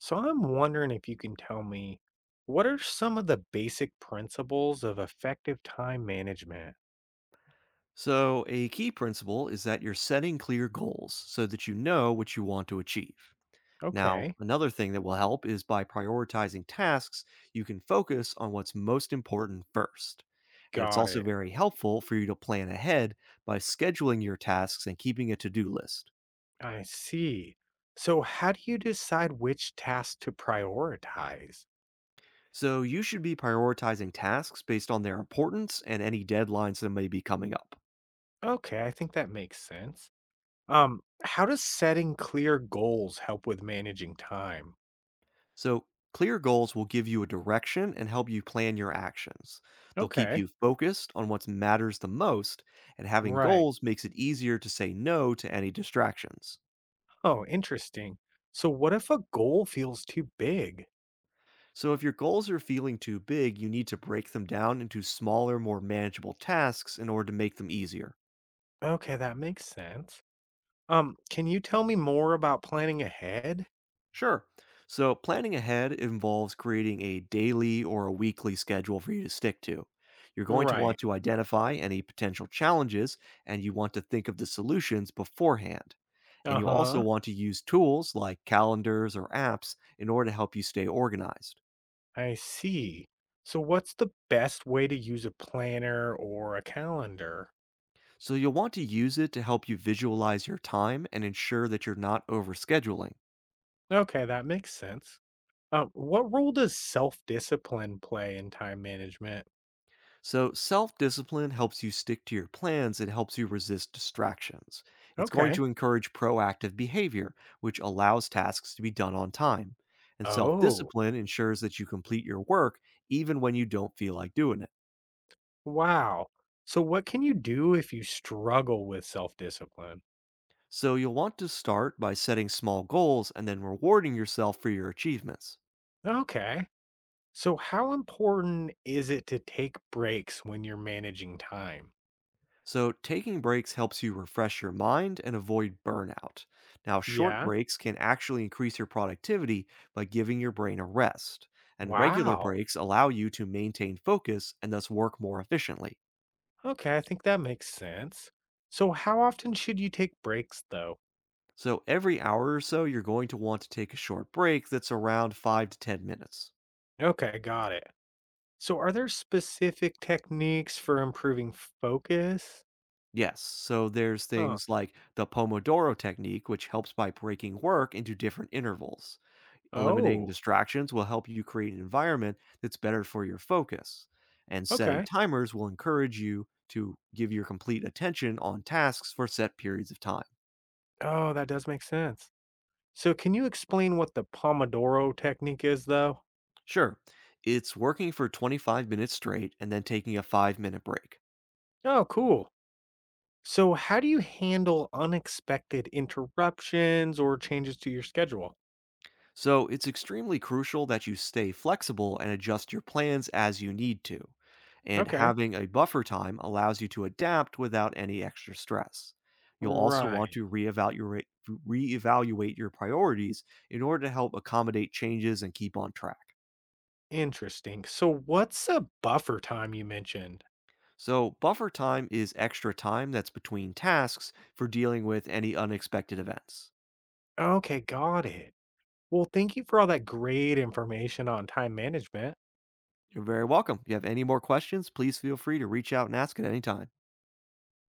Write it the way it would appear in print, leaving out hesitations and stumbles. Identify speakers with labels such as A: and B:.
A: So I'm wondering if you can tell me what are some of the basic principles of effective time management?
B: So, a key principle is that you're setting clear goals so that you know what you want to achieve. Now,
A: Okay,
B: another thing that will help is by prioritizing tasks, you can focus on what's most important first. And it's
A: got
B: also
A: it.
B: very helpful for you to plan ahead by scheduling your tasks and keeping a to do list.
A: I see. So how do you decide which tasks to prioritize?
B: So, you should be prioritizing tasks based on their importance and any deadlines that may be coming up.
A: Okay, I think that makes sense. How does setting clear goals help with managing time?
B: So, clear goals will give you a direction and help you plan your actions. They'll keep
A: Okay,
B: you focused on what matters the most, and having
A: right.
B: goals makes it easier to say no to any distractions.
A: Oh, interesting. So what if a goal feels too big?
B: So, if your goals are feeling too big, you need to break them down into smaller, more manageable tasks in order to make them easier.
A: Okay, that makes sense. Can you tell me more about planning ahead?
B: Sure. So, planning ahead involves creating a daily or a weekly schedule for you to stick to. You're going to want
A: Right.
B: to identify any potential challenges and you want to think of the solutions beforehand. And you'll also
A: Uh-huh.
B: want to use tools like calendars or apps in order to help you stay organized.
A: I see. So what's the best way to use a planner or a calendar?
B: So, you'll want to use it to help you visualize your time and ensure that you're not overscheduling.
A: Okay, that makes sense. What role does self-discipline play in time management?
B: So, self discipline helps you stick to your plans. It helps you resist distractions. It's going
A: Okay.
B: to encourage proactive behavior, which allows tasks to be done on time. And self
A: Oh,
B: discipline ensures that you complete your work even when you don't feel like doing it.
A: wow. So what can you do if you struggle with self-discipline?
B: So, you'll want to start by setting small goals and then rewarding yourself for your achievements.
A: Okay. So how important is it to take breaks when you're managing time?
B: So, taking breaks helps you refresh your mind and avoid burnout. Now, short
A: Yeah.
B: breaks can actually increase your productivity by giving your brain a rest, and regular
A: Wow.
B: breaks allow you to maintain focus and thus work more efficiently.
A: Okay, I think that makes sense. So, how often should you take breaks, though?
B: So, every hour or so, you're going to want to take a short break that's around 5 to 10 minutes.
A: Okay, got it. So, are there specific techniques for improving focus?
B: Yes, so there's
A: Huh.
B: things like the Pomodoro technique, which helps by breaking work into different intervals. Eliminating
A: Oh,
B: distractions will help you create an environment that's better for your focus, and setting
A: okay.
B: timers will encourage you to give your complete attention on tasks for set periods of time.
A: Oh, that does make sense. So, can you explain what the Pomodoro technique is, though?
B: Sure, it's working for 25 minutes straight and then taking a 5 minute break.
A: Oh, cool. So, how do you handle unexpected interruptions or changes to your schedule?
B: So it's extremely crucial that you stay flexible and adjust your plans as you need to. And
A: Okay.
B: having a buffer time allows you to adapt without any extra stress. You'll also want
A: Right.
B: to reevaluate your priorities in order to help accommodate changes and keep on track.
A: Interesting. So, what's a buffer time you mentioned?
B: So, buffer time is extra time that's between tasks for dealing with any unexpected events.
A: Okay, got it. Well, thank you for all that great information on time management.
B: You're very welcome. If you have any more questions, please feel free to reach out and ask at any time.